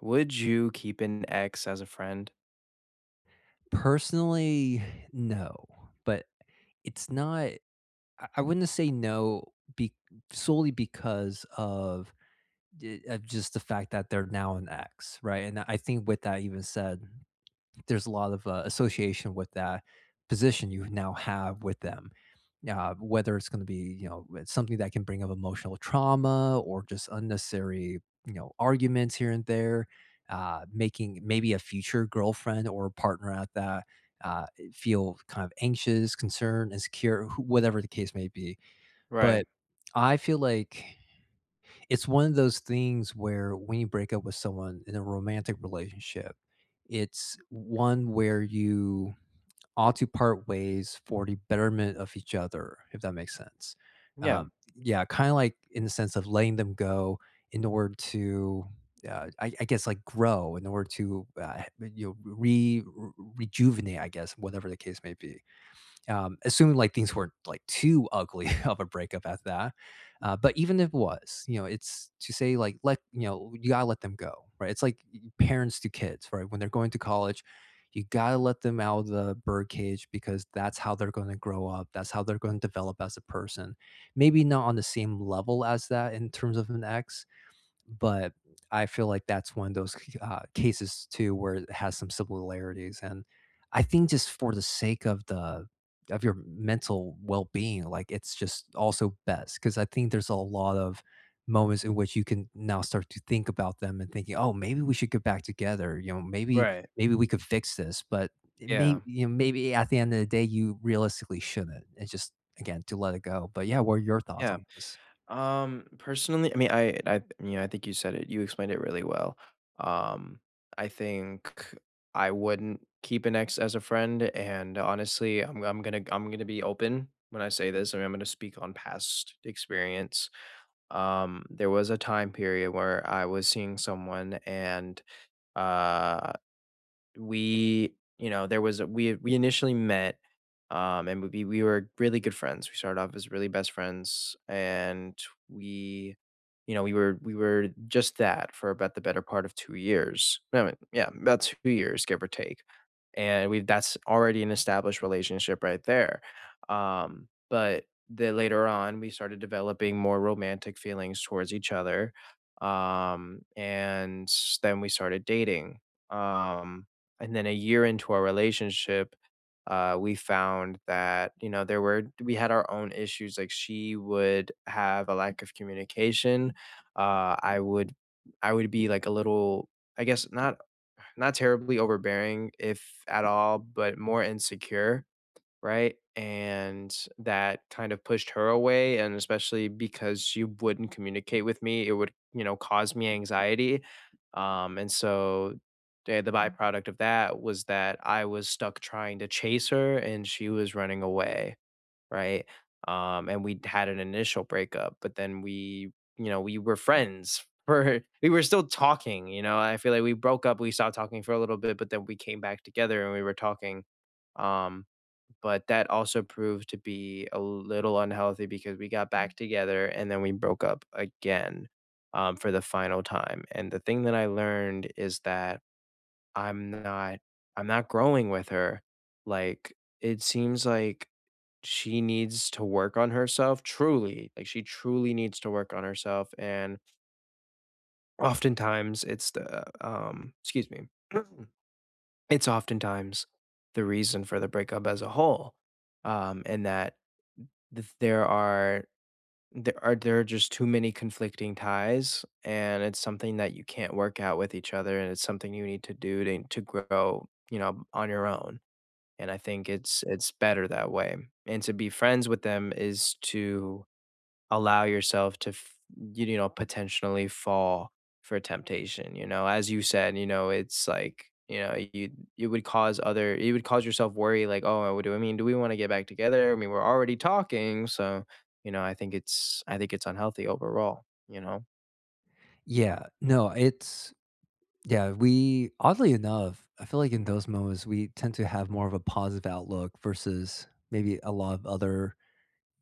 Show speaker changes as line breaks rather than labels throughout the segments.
Would you keep an ex as a friend?
Personally, no, but it's not I I wouldn't say no be solely because of just the fact that they're now an ex, right? And I think with that even said there's a lot of association with that position you now have with them. Whether it's gonna be, it's something that can bring up emotional trauma or just unnecessary, arguments here and there, making maybe a future girlfriend or partner at that, feel kind of anxious, concerned, insecure, wh whatever the case may be. But
Right.
I feel like it's one of those things where when you break up with someone in a romantic relationship, it's one where you ought to part ways for the betterment of each other, if that makes sense.
Yeah.
Yeah, kind of like in the sense of letting them go in order to, I guess, like grow in order to, you know, re rejuvenate, I guess, whatever the case may be. Assuming like things weren't like too ugly of a breakup at that. But even if it was, you know, it's to say like let you know you gotta let them go, right? It's like parents to kids, right? When they're going to college, you gotta let them out of the bird cage because that's how they're going to grow up. That's how they're going to develop as a person. Maybe not on the same level as that in terms of an ex, but I feel like that's one of those cases too where it has some similarities, and I think just for the sake of your mental well-being, like, it's just also best because I think there's a lot of moments in which you can now start to think about them and thinking, "Oh, maybe we should get back together," you know, "Maybe
Right.
maybe we could fix this," but it
Yeah.
may you know, maybe at the end of the day, you realistically shouldn't. It's just, again, to let it go. But yeah, what are your thoughts
Yeah.
on this?
Personally, I mean, you know, I think you said it. You explained it really well. Um, I think I wouldn't keep an ex as a friend, and honestly, I'm gonna be open when I say this. I mean, I'm gonna speak on past experience. There was a time period where I was seeing someone, and uh, we, you know, we initially met, and we were really good friends. We started off as really best friends, and we, you know, we were just that for about the better part of 2 years. I mean, yeah, about 2 years, give or take. And we, that's already an established relationship right there. But then later on, we started developing more romantic feelings towards each other, and then we started dating. Um, and then a year into our relationship, we found that, you know, there were we had our own issues. Like, she would have a lack of communication. Uh, I would I would be like a little, I guess not not terribly overbearing if at all, but more insecure. Right? And that kind of pushed her away, and especially because she wouldn't communicate with me, it would, you know, cause me anxiety. And so the byproduct of that was that I was stuck trying to chase her and she was running away, right? And we had an initial breakup, but then we, you know, we were friends for we were still talking, you know. I feel like we broke up, we stopped talking for a little bit, but then we came back together and we were talking. Um but that also proved to be a little unhealthy because we got back together and then we broke up again, for the final time. And the thing that I learned is that I'm not I'm not growing with her. Like, it seems like she needs to work on herself truly. Like, she truly needs to work on herself. And oftentimes it's excuse me. It's oftentimes the reason for the breakup as a whole, and that th there are there are just too many conflicting ties, and it's something that you can't work out with each other, and it's something you need to do to grow, you know, on your own, and I think it's better that way, and to be friends with them is to allow yourself to you know, potentially fall for temptation, you know, as you said, you know, it's like, you know, you would cause other you would cause yourself worry, like, oh, what do I mean, do we want to get back together, I mean, we're already talking, so, you know, I think it's unhealthy overall, you know.
Yeah. No, it's Yeah, we oddly enough, I feel like in those moments, we tend to have more of a positive outlook versus maybe a lot of other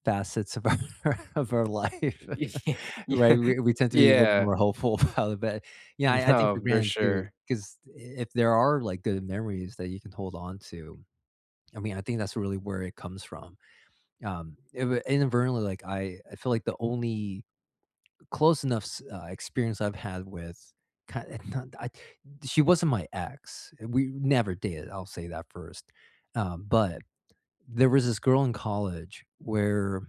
facets of our of our life,
Yeah.
right? We tend to be a little
Yeah.
more hopeful about it, but, yeah, I think
No,
for
for
granted too,
sure.
because if there are, like, good memories that you can hold on to, I mean, I think that's really where it comes from. It wa Inadvertently, like, I feel like the only close enough experience I've had with kind of, not, I, she wasn't my ex. We never did. I'll say that first. But there was this girl in college where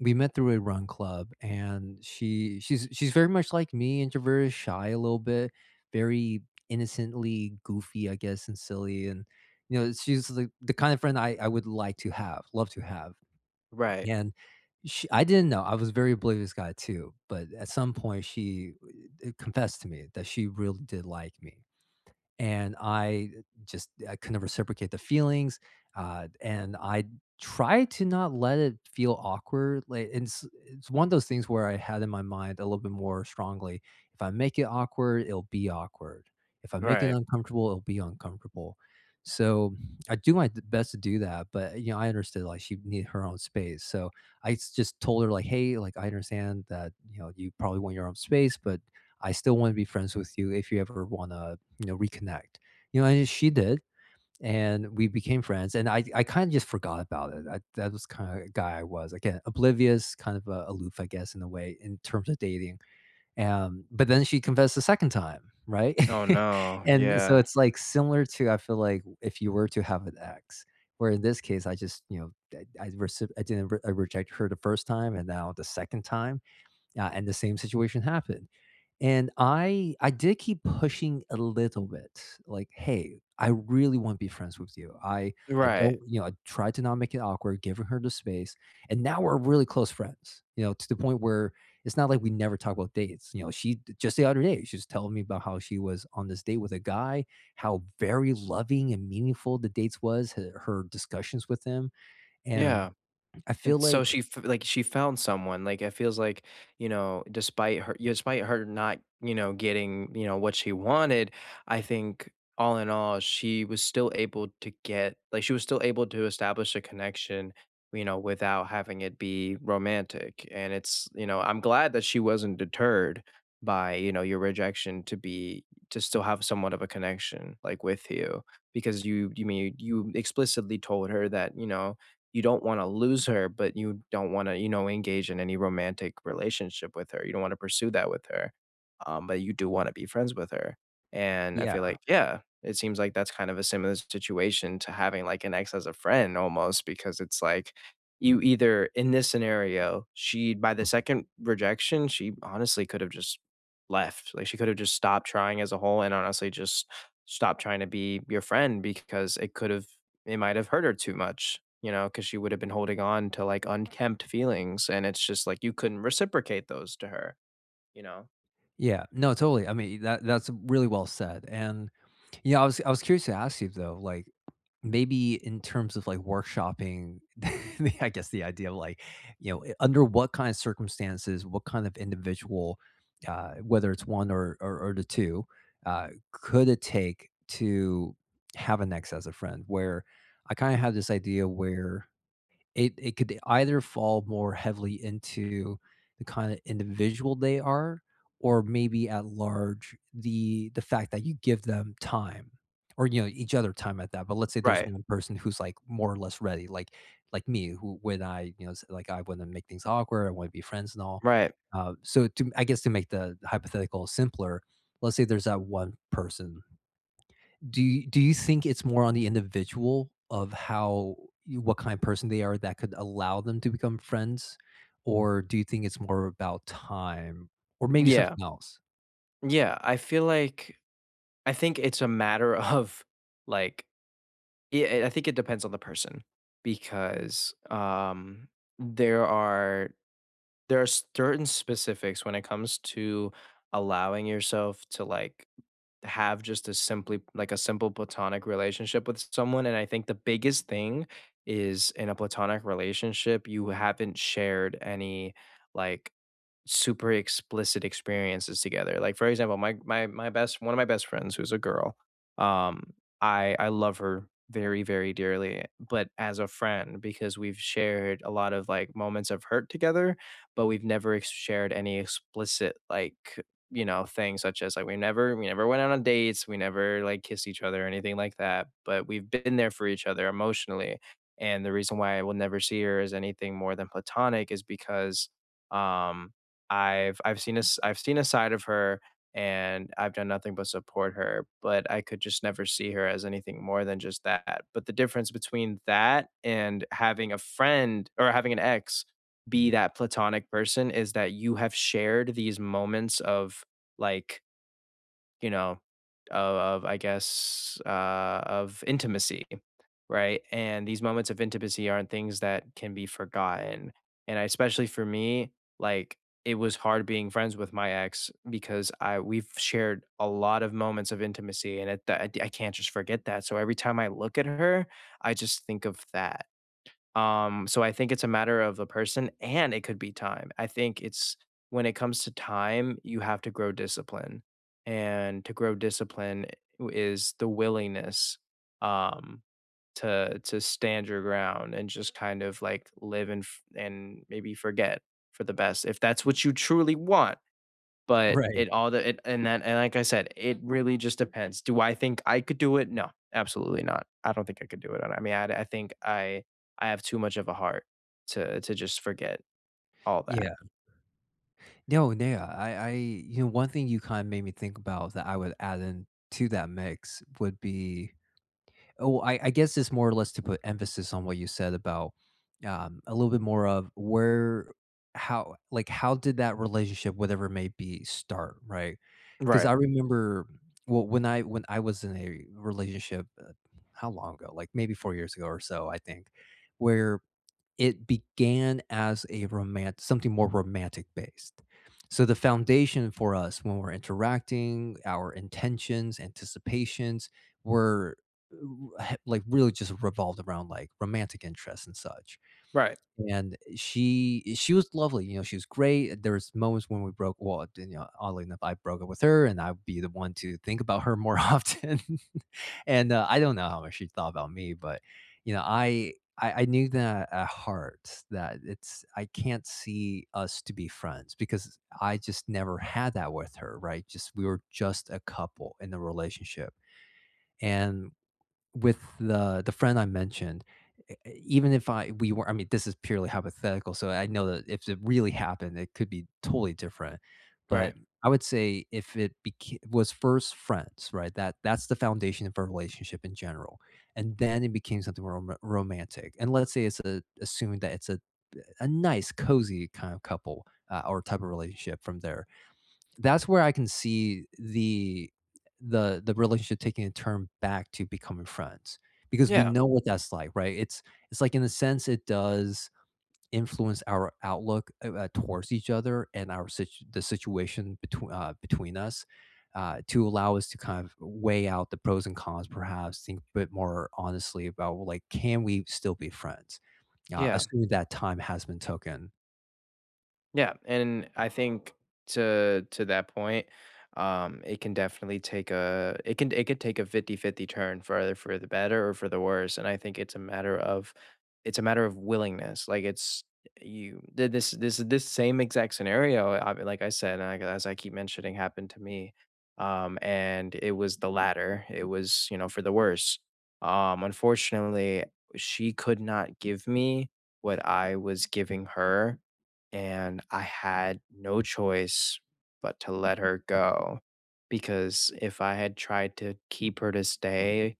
we met through a run club, and she's very much like me, introverted, shy a little bit, very innocently goofy, I guess, and silly, and she's the kind of friend I would like to have, love to have.
Right.
And she I didn't know, I was a very oblivious guy too, but at some point she confessed to me that she really did like me and I couldn't reciprocate the feelings, and I try to not let it feel awkward. Like and it's one of those things where I had in my mind a little bit more strongly: if I make it awkward, it'll be awkward. If I make it
Right.
uncomfortable, it'll be uncomfortable. So I do my best to do that, but you know I understood like she needed her own space. So I just told her like, hey, like I understand that you probably want your own space, but I still want to be friends with you if you ever want to reconnect. And she did, and we became friends, and I kinda just forgot about it. I That was kinda guy I was. Again, oblivious, kind of, aloof, I guess, in a way, in terms of dating. But then she confessed the second time, right?
Oh, no.
And so
Yeah.
it's, like, similar to, I feel like, if you were to have an ex, where in this case, I reci I didn't re I rejected her the first time, and now the second time, and the same situation happened. And I did keep pushing a little bit, like, "Hey, I really wanna be friends with you. I
Right.
don't" I tried to not make it awkward, giving her the space, and now we're really close friends, to the point where it's not like we never talk about dates, she just the other day, she was telling me about how she was on this date with a guy, how very loving and meaningful the dates was, h her discussions with him, and
Yeah.
I
And
feel
so she
like
f like, she found someone, like, it feels like, you know, despite her not, you know, getting, you know, what she wanted, I think all in all, she was still able to get like, she was still able to establish a connection, you know, without having it be romantic, and it's, you know, I'm glad that she wasn't deterred by, you know, your rejection to be to still have somewhat of a connection, like, with you, because you explicitly told her that, you know, you don't wanna lose her, but you don't wanna, you know, engage in any romantic relationship with her. You don't wanna pursue that with her, but you do wanna be friends with her, and I
Yeah,
feel like, yeah, it seems like that's kind of a similar situation to having, like, an ex as a friend, almost, because it's like you either in this scenario, she, by the second rejection, she honestly could have just left. Like, she could have just stopped trying as a whole and honestly just stopped trying to be your friend because it could have it might have hurt her too much, you know, because she would have been holding on to, like, unkempt feelings, and it's just like you couldn't reciprocate those to her, you know?
yeah. No, totally. I mean, that's really well said, and I was curious to ask you though, like maybe in terms of like workshopping, I guess the idea of like, under what kind of circumstances, what kind of individual, whether it's one or the two, could it take to have an ex as a friend? Where I kind of had this idea where it could either fall more heavily into the kinda individual they are or maybe at large, the fact that you give them time or, each other time at that, but let's say there's
Right.
one person who's, like, more or less ready, like me, who when I, you know, s like, I wanna make things awkward, I wanna be friends and all.
Right.
So to I guess to make the hypothetical simpler, let's say there's that one person. Do you think it's more on the individual of how you what kind of person they are that could allow them to become friends? Or do you think it's more about time or maybe
Yeah,
something else?
yeah, I feel like I think it's a matter of, like, yeah, I think it depends on the person because, there are there are certain specifics when it comes to allowing yourself to, like, have just a simply like, a simple platonic relationship with someone, and I think the biggest thing is in a platonic relationship, you haven't shared any, like, super explicit experiences together. Like, for example, my best one of my best friends, who's a girl, um, I love her very very dearly, but as a friend, because we've shared a lot of, like, moments of hurt together, but we've never shared any explicit, like, you know, things, such as like we never went out on dates, we never, like, kissed each other or anything like that, but we've been there for each other emotionally, and the reason why I will never see her as anything more than platonic is because, um I've seen a side of her, and I've done nothing but support her, but I could just never see her as anything more than just that. But the difference between that and having a friend or having an ex be that platonic person is that you have shared these moments of, like, you know, of of, I guess, of intimacy, right? And these moments of intimacy aren't things that can be forgotten. And, I, especially for me, like, it was hard being friends with my ex because I we've shared a lot of moments of intimacy, and it, I can't just forget that. So every time I look at her, I just think of that. So I think it's a matter of the person and it could be time. I think it's when it comes to time, you have to grow discipline. And to grow discipline is the willingness, um to stand your ground and just kind of like live and and maybe forget for the best, if that's what you truly want, but
Right.
it all the it and that and like I said, it really just depends. Do I think I could do it? No, absolutely not. I don't think I could do it. I mean, I think I have too much of a heart to just forget all that.
Yeah. No, no, yeah, one thing you kinda made me think about that I would add in to that mix would be I guess it's more or less to put emphasis on what you said about, a little bit more of how did that relationship, whatever it may be, start, right? 'Cause
Right.
I remember well, when I was in a relationship, how long ago? Like, maybe 4 years ago or so, I think, where it began as a romantic, something more romantic based. So, the foundation for us when we're interacting, our intentions, anticipations were, like, really just revolved around, like, romantic interests and such.
Right.
And she was lovely, she was great. There was moments when we broke well, oddly enough, I broke up with her and I'd be the one to think about her more often. And, I don't know how much she thought about me, but, I knew that at heart that it's I can't see us to be friends because I just never had that with her, right? Just we were just a couple in the relationship. And with the friend I mentioned, even if I we were I mean, this is purely hypothetical, so I know that if it really happened, it could be totally different. But
Right.
I would say if it beca was first friends, right? That's the foundation of a relationship in general, and then it became something romantic. And let's say it's a assume that it's a nice, cozy kind of couple, or type of relationship from there. That's where I can see the the relationship taking a turn back to becoming friends because we
Yeah.
know what that's like, right? It's like in a sense it does influence our outlook towards each other and the situation between us to allow us to kind of weigh out the pros and cons, perhaps think a bit more honestly about well, like can we still be friends,
Yeah.
assuming that time has been taken,
Yeah, and I think, to that point, it can definitely take a it could take a fifty fifty turn for either for the better or for the worse. And I think it's a matter of willingness. Like, it's this same exact scenario, I, like I said, and I, as I keep mentioning, happened to me. And it was the latter. It was, you know, for the worse. Unfortunately, she could not give me what I was giving her, and I had no choice but to let her go, because if I had tried to keep her to stay,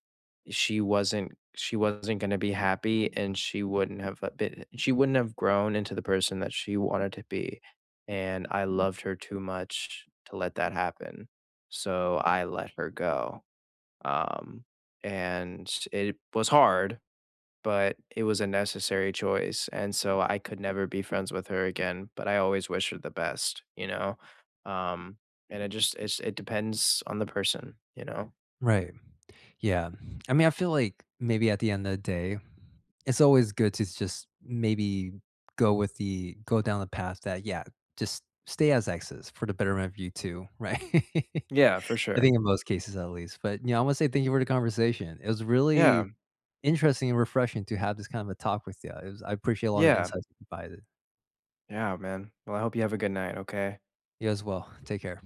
she wasn't going to be happy, and she wouldn't have grown into the person that she wanted to be, and I loved her too much to let that happen. So I let her go. Um and it was hard, but it was a necessary choice, and so I could never be friends with her again, but I always wish her the best, you know? Um, and it just it's it depends on the person, you know?
right? Yeah. I mean, I feel like maybe at the end of the day, it's always good to just maybe go down the path that yeah, just stay as exes for the betterment of you too, right?
Yeah, for
I
sure.
think in most cases at least. But I want to say thank you for the conversation. It was
Yeah.
really interesting and refreshing to have this kind of a talk with you. I appreciate a lot of the
Yeah.
insights you provided.
Yeah, man. Well, I hope you have a good night, okay?
You as well. Take care.